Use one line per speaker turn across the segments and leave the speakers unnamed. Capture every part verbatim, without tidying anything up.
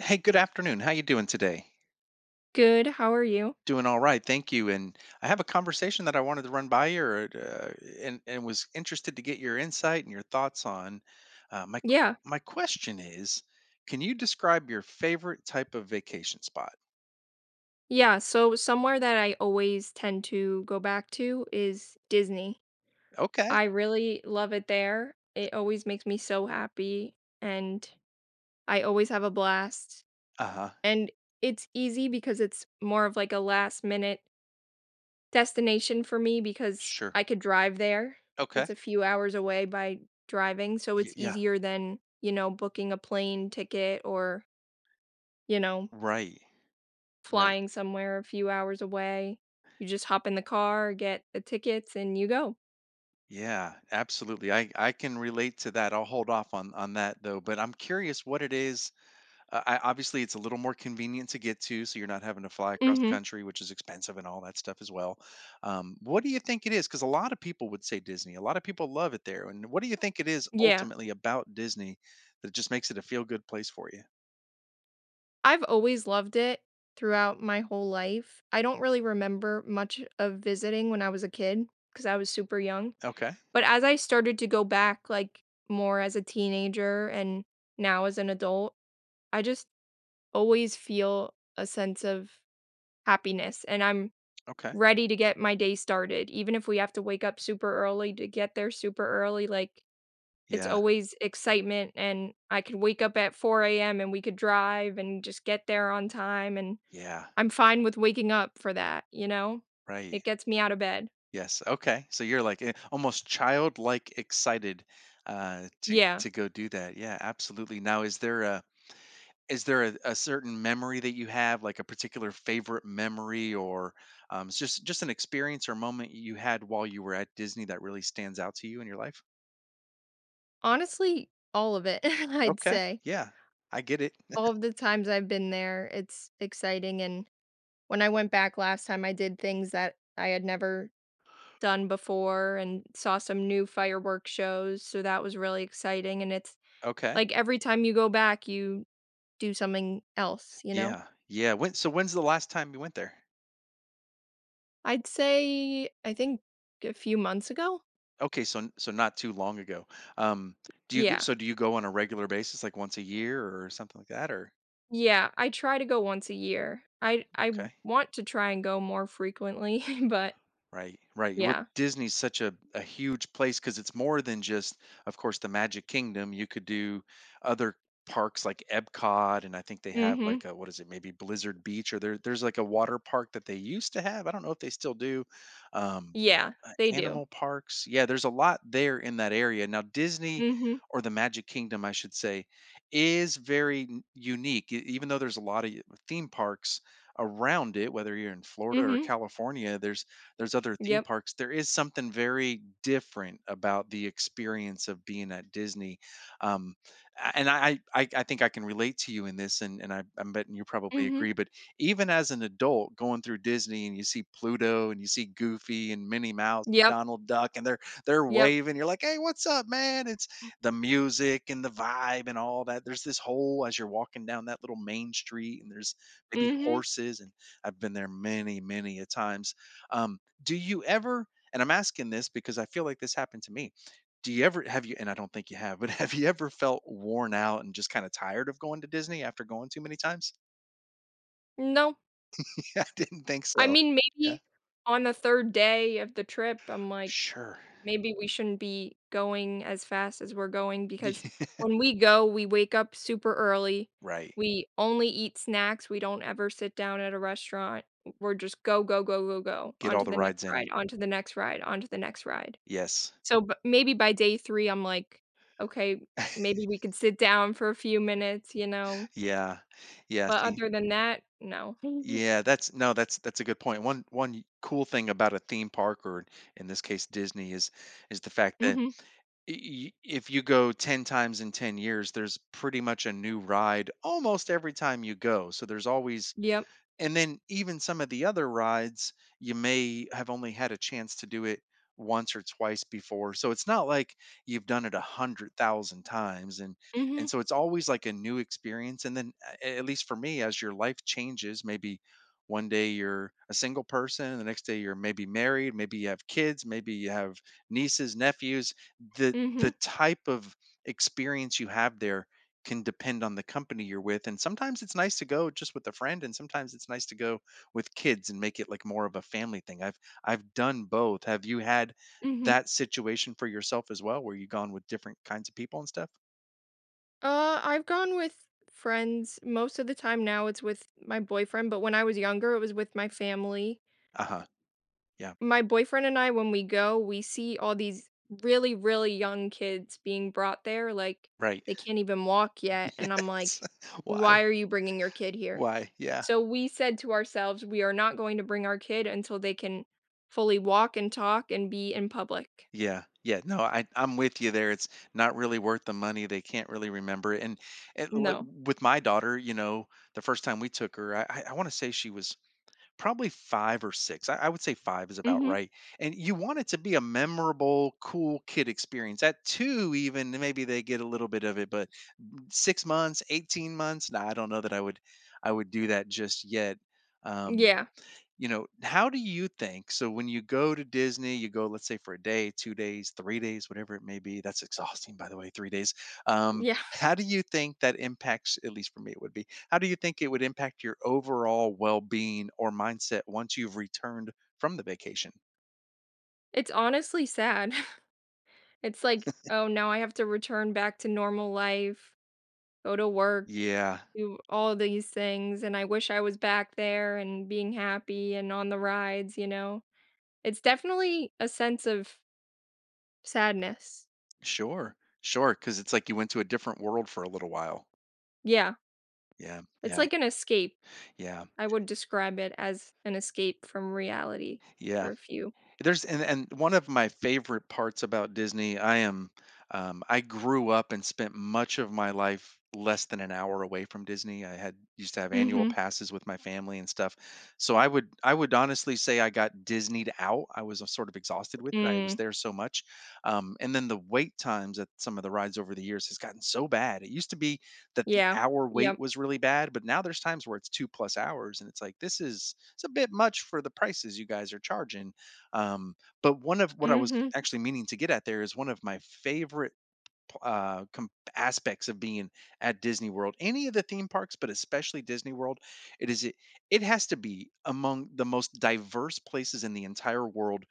Hey, good afternoon. How you doing today?
Good, how are you?
Doing all right, thank you. And I have a conversation that I wanted to run by you, or, uh, and and was interested to get your insight and your thoughts on. Uh, my
Yeah,
my question is, can you describe your favorite type of vacation spot?
yeah, so somewhere that I always tend to go back to is Disney.
Okay.
I really love it there. It always makes me so happy, and I always have a blast.
Uh huh.
And it's easy because it's more of like a last minute destination for me because
Sure.
I could drive there.
Okay.
It's a few hours away by driving, so
Y-
it's
yeah.
easier than, you know, booking a plane ticket or, you know,
Right. Right.
flying somewhere a few hours away. You just hop in the car, get the tickets, and you go.
Yeah. Absolutely. I I can relate to that. I'll hold off on on that though. But I'm curious what it is. Uh, I obviously, it's a little more convenient to get to, so you're not having to fly across the
Mhm.
country, which is expensive and all that stuff as well. Um, what do you think it is? Because a lot of people would say Disney. A lot of people love it there. And what do you think it is
Yeah.
ultimately about Disney that just makes it a feel good place for you?
I've always loved it throughout my whole life. I don't really remember much of visiting when I was a kid because I was super young.
Okay.
But as I started to go back, like more as a teenager and now as an adult, I just always feel a sense of happiness and I'm
Okay.
ready to get my day started. Even if we have to wake up super early to get there super early, like it's
Yeah.
always excitement, and I could wake up at four a m, and we could drive and just get there on time, and
Yeah.
I'm fine with waking up for that, you know?
Right.
It gets me out of bed.
Yes. Okay. So you're like eh, almost childlike excited uh, to
Yeah.
to go do that. Yeah. Absolutely. Now, is there a is there a, a certain memory that you have, like a particular favorite memory, or um, it's just just an experience or moment you had while you were at Disney that really stands out to you in your life?
Honestly, all of it, I'd
Okay,
say.
yeah, I get it.
All of the times I've been there, it's exciting, and when I went back last time, I did things that I had never done before and saw some new fireworks shows, so that was really exciting, and it's
Okay,
like every time you go back, you do something else, you know?
yeah, yeah. When so when's the last time you went there?
I'd say, I think a few months ago?
Okay, so n- so not too long ago. Um, do you g-
Yeah.
so do you go on a regular basis, like once a year or something like that, or
Yeah, I try to go once a year. I I w
okay?
want to try and go more frequently, but
Right, right. Well,
yeah.
Disney's such a, a huge place because it's more than just, of course, the Magic Kingdom. You could do other parks like Epcot, and I think they have
Mhm.
like a what is it, maybe Blizzard Beach, or there, there's like a water park that they used to have. I don't know if they still do. Um,
Yeah,
uh,
they do.
animal parks. Yeah, there's a lot there in that area. Now, Disney
Mhm.
or the Magic Kingdom, I should say, is very n- unique. e- Even though there's a lot of y- theme parks around it, whether you're in Florida or
Mhm.
California, there's there's other theme
Yep.
parks, there is something very different about the experience of being at Disney. Um, a- and I, I, I think I can relate to you in this, and, and I, I'm betting you probably
Mhm.
agree. But even as an adult going through Disney and you see Pluto and you see Goofy and Minnie Mouse and
Yep.
Donald Duck, and they're they're
Yep.
waving, you're like, hey, what's up, man? It's the music and the vibe and all that. There's this whole as you're walking down that little main street, and there's maybe
Mhm.
horses, and I've been there many, many a times. Um, do you ever, and I'm asking this because I feel like this happened to me, do you ever, have you, and I don't think you have, but have you ever felt worn out and just kind of tired of going to Disney after going too many times?
No.
Yeah, I didn't think
I
so.
mean,
Yeah.
maybe on the third day of the trip, I'm like
Sure.
maybe we shouldn't be going as fast as we're going
Yeah.
because when we go, we wake up super early.
Right.
We only eat snacks. We don't ever sit down at a restaurant. We're just go, go, go, go, go.
Get
On
all
to
the
the next
rides in.
ride, on to the next ride, on to the next ride.
Yes.
So but maybe by day three, I'm like, okay, maybe we could sit down for a few minutes, you know?
Yeah. Yeah,
But
see.
other than that, no.
Yeah, that's, no, that's that's a good point. One one cool thing about a theme park or in this case Disney is is the fact that
Mhm.
y- if you go ten times in ten years there's pretty much a new ride almost every time you go, so there's always,
Yep.
and then even some of the other rides, you may have only had a chance to do it once or twice before, so it's not like you've done it a hundred thousand times. and
Mhm.
and so it's always like a new experience, and then a- at least for me, as your life changes, maybe one day you're a single person, the next day you're maybe married, maybe you have kids, maybe you have nieces, nephews, the
Mhm.
the
Mhm.
type of experience you have there can depend on the company you're with. And sometimes it's nice to go just with a friend, and sometimes it's nice to go with kids and make it like more of a family thing. I've I've done both. Have you had
Mhm.
that situation for yourself as well, where you've gone with different kinds of people and stuff?
Uh, I've gone with friends most of the time now it's with my boyfriend, but when I was younger, it was with my family.
Uh-huh. Yeah.
My boyfriend and I, when we go, we see all these really, really young kids being brought there. Like
Right.
they can't even walk yet. And I'm
Yes.
like, why
Why?
are you bringing your kid here?
Why? Yeah.
So we said to ourselves, we are not going to bring our kid until they can fully walk and talk and be in public.
Yeah. Yeah. No, I I'm with you there. It's not really worth the money. They can't really remember it. And, and like
No.
with my daughter, you know, the first time we took her, I I want to say she was probably five or six. I I would say five is about
Mm-hmm.
right, and you want it to be a memorable, cool kid experience. At two even, maybe they get a little bit of it, but six months, eighteen months, nah, I don't know that I would I would do that just yet. Um,
Yeah.
you know, how do you think? So when you go to Disney, you go, let's say for a day, two days, three days, whatever it may be. That's exhausting, by the way, three days. Um,
Yeah.
how do you think that impacts, at least for me, it would be, how do you think it would impact your overall well being or mindset once you've returned from the vacation?
It's honestly sad. It's like, "Oh, now I have to return back to normal life, go to work,
Yeah,
do all these things, and I wish I was back there and being happy and on the rides," you know? It's definitely a sense of sadness.
sure, sure. Cause it's like you went to a different world for a little while.
Yeah,
Yeah,
it's
yeah,
like an escape.
yeah,
I would describe it as an escape from reality
yeah.
for a few.
There's, and and one of my favorite parts about Disney, I am, um, I grew up and spent much of my life less than an hour away from Disney. I had used to have annual
Mhm.
passes with my family and stuff. So I would I would honestly say I got Disneyed out. I was uh, sort of exhausted with it. I was
Mm,
there so much. Um, and then the wait times at some of the rides over the years has gotten so bad. It used to be that the
yeah.
hour wait
Yep.
was really bad, but now there's times where it's two plus hours, and it's like this is, it's a bit much for the prices you guys are charging. um, but one of, what I was
Mhm.
actually meaning to get at there is one of my favorite p- uh, com- aspects of being at Disney World, any of the theme parks, but especially Disney World, it is it it has to be among the most diverse places in the entire world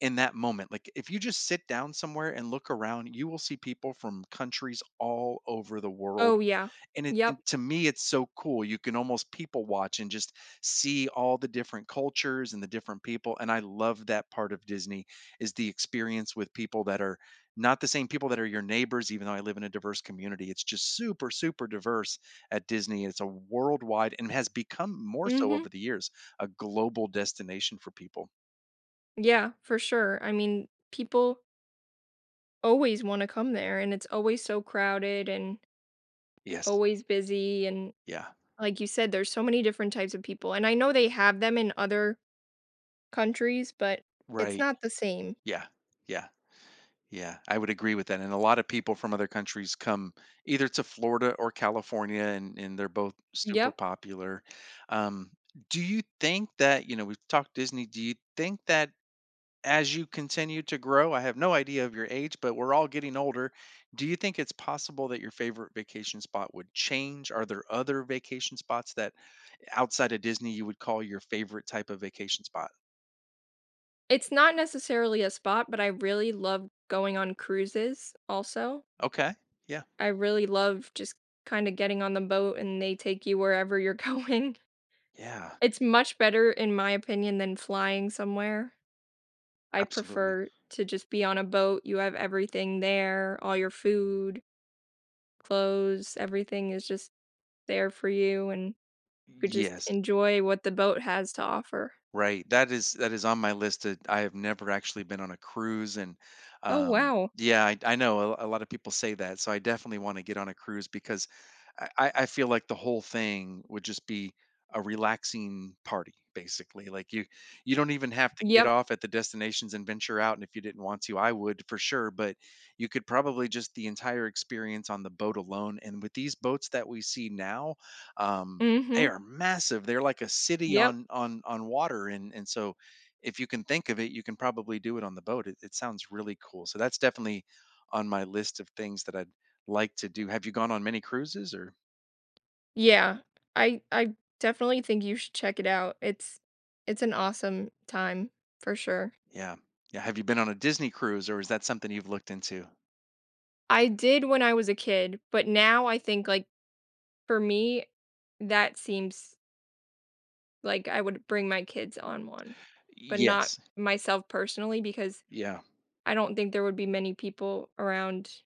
in that moment. Like if you just sit down somewhere and look around, you will see people from countries all over the world,
Oh, yeah.
and it,
Yep.
and to me it's so cool, you can almost people watch and just see all the different cultures and the different people, and I love that part of Disney, is the experience with people that are not the same people that are your neighbors. Even though I live in a diverse community, it's just super super diverse at Disney. It's a worldwide, and has become more so
Mhm.
over the years, a global destination for people.
Yeah, for sure. I mean, people always wanna come there, and it's always so crowded and
Yes.
always busy, and
Yeah.
like you said, there's so many different types of people, and I know they have them in other countries, but it's
Right.
not the same.
Yeah. Yeah. Yeah, I would agree with that. And a lot of people from other countries come either to Florida or California, and, and they're both super
Yep.
popular. Um, do you think that, you know, we've talked Disney, do you think that as you continue to grow, I have no idea of your age, but we're all getting older. Do you think it's possible that your favorite vacation spot would change? Are there other vacation spots that outside of Disney you would call your favorite type of vacation spot?
It's not necessarily a spot, but I really love going on cruises also.
Okay. Yeah.
I really love just kinda getting on the boat and they take you wherever you're going.
Yeah,
It's much better, in my opinion, than flying somewhere. I
absolutely.
prefer to just be on a boat, you have everything there, all your food, clothes, everything is just there for you, and you could just
Yes.
enjoy what the boat has to offer.
Right. That is that is on my list that I have never actually been on a cruise, and
Oh,
um
wow.
yeah, I, I know a, a lot of people say that. So I definitely want to get on a cruise because I, I I feel like the whole thing would just be a relaxing party, basically. Like you you don't even have to get
Yep.
off at the destinations and venture out. And if you didn't want to, I would for sure. But you could probably just the entire experience on the boat alone. And with these boats that we see now, um they
Mhm.
are massive. They're like a city
Yep.
on on on water, and and so if you can think of it, you can probably do it on the boat. It, it sounds really cool. So that's definitely on my list of things that I'd like to do. Have you gone on many cruises or?
Yeah. I I definitely think you should check it out. It's it's an awesome time for sure.
Yeah, yeah. Have you been on a Disney cruise or is that something you've looked into?
I did when I was a kid, but now I think like for me that seems like I would bring my kids on one, but not
Yes.
myself personally because
Yeah.
I don't think there would be many people around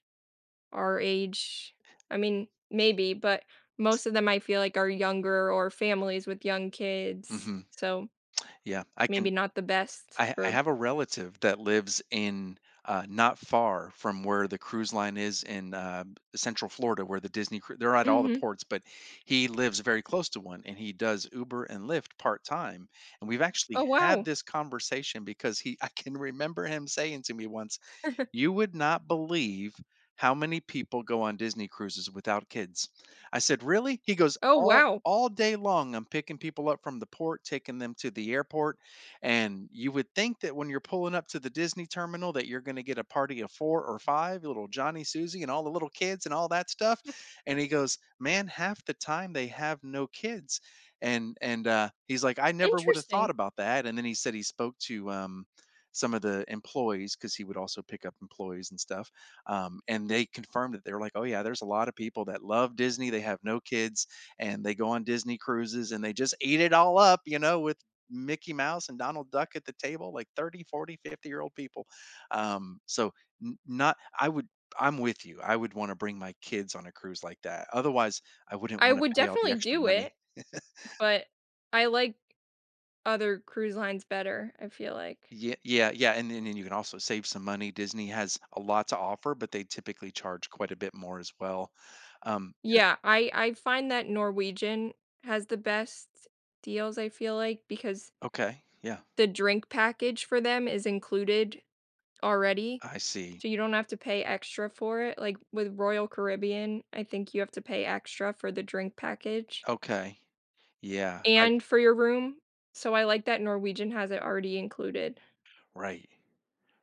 our age. I mean, maybe, but most of them I feel like are younger or families with young kids.
Hmm.
So
Yeah. I
maybe
can
not the best
I I
for.
have a relative that lives in, uh, not far from where the cruise line is in, uh, Central Florida where the Disney cru they're at all the
Mhm.
ports, but he lives very close to one, and he does Uber and Lyft part-time, and we've
Oh
actually had
wow.
this conversation because he I can remember him saying to me once, you would not believe how many people go on Disney cruises without kids. I said, "Really?" He goes,
Oh
"All
wow.
all day long, I'm picking people up from the port, taking them to the airport, and you would think that when you're pulling up to the Disney terminal that you're going to get a party of four or five, little Johnny, Susie, and all the little kids and all that stuff." And he goes, "Man, half the time they have no kids." And and, uh, he's like, "I never would have thought
Interesting.
about that." And then he said he spoke to, um some of the employees because he would also pick up employees and stuff. Um, and they confirmed. That they were like, oh, yeah, there's a lot of people that love Disney. They have no kids, and they go on Disney cruises, and they just eat it all up, you know, with Mickey Mouse and Donald Duck at the table, like thirty, forty, fifty year old people. Um, so, n- not, I would, I'm with you. I would want to bring my kids on a cruise like that. Otherwise, I wouldn't
I
want to
would
pay all the
definitely
extra
do
money.
it, but I like other cruise lines better, I feel like.
Yeah, yeah, yeah, and then and you can also save some money. Disney has a lot to offer, but they typically charge quite a bit more as well. Um,
Yeah, I I find that Norwegian has the best deals, I feel like, because
okay, yeah,
the drink package for them is included already.
I see.
So you don't have to pay extra for it? Like, with Royal Caribbean, I think you have to pay extra for the drink package
Okay, yeah, I
and for your room. So I like that Norwegian has it already included.
right.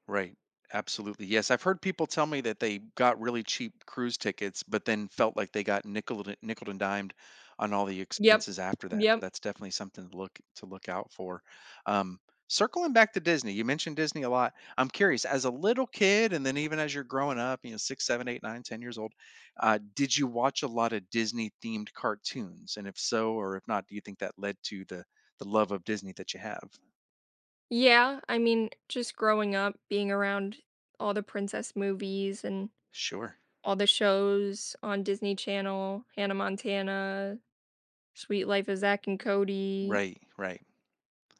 Right. Absolutely. Yes, I've heard people tell me that they got really cheap cruise tickets, but then felt like they got nickel nickel and dimed on all the
Yep.
expenses after that. So
Yep.
that's definitely something to look to look out for. Um, Circling back to Disney, you mentioned Disney a lot. I'm curious, as a little kid, and then even as you're growing up, you know, six, seven, eight, nine, ten years old, uh, did you watch a lot of Disney themed cartoons? And if so, or if not, do you think that led to the the love of Disney that you have?
Yeah, I mean, just growing up, being around all the princess movies and
Sure.
all the shows on Disney Channel, Hannah Montana, Sweet Life of Zack and Cody,
Right. Right.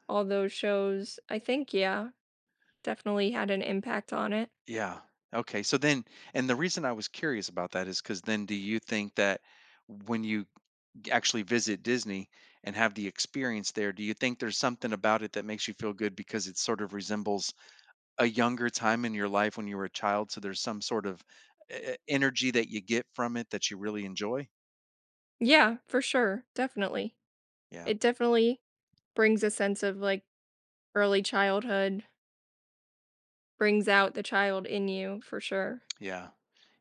all those shows, I think, yeah, definitely had an impact on it.
Yeah. Okay. So then, and the reason I was curious about that is because then, do you think that when you actually visit Disney and have the experience there, do you think there's something about it that makes you feel good because it sort of resembles a younger time in your life when you were a child? So there's some sort of uh, energy that you get from it that you really enjoy?
Yeah, for sure, definitely.
Yeah.
It definitely brings a sense of, like, early childhood, brings out the child in you for sure.
Yeah.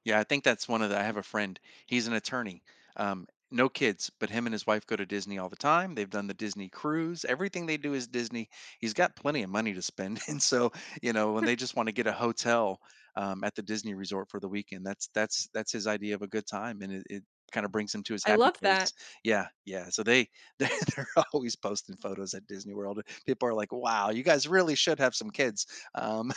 Yeah, I think that's one of the. I have a friend. He's an attorney. Um, no kids, but him and his wife go to Disney all the time. They've done the Disney cruise. Everything they do is Disney. He's got plenty of money to spend, and so, you know when they just want to get a hotel, um, at the Disney resort for the weekend, that's that's that's his idea of a good time, and it, it kind of brings him to his
I
happy
love
place.
that.
Yeah, yeah. So they they're, they're, always posting photos at Disney World. People are like, "Wow, you guys really should have some kids." Um,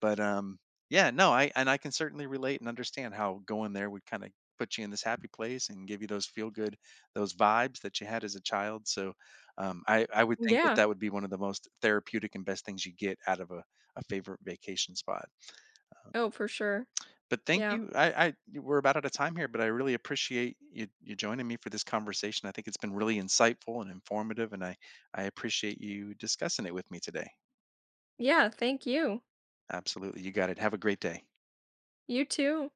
but, um, yeah, no, I and I can certainly relate and understand how going there would kinda put you in this happy place and give you those feel good, those vibes that you had as a child. So, um, I I would think that
Yeah.
that would be one of the most therapeutic and best things you get out of a a favorite vacation spot.
Oh, for sure.
But thank
Yeah.
you. I I We're about out of time here, but I really appreciate you you joining me for this conversation. I think it's been really insightful and informative, and I I appreciate you discussing it with me today.
Yeah, thank you.
Absolutely. You got it. Have a great day.
You too.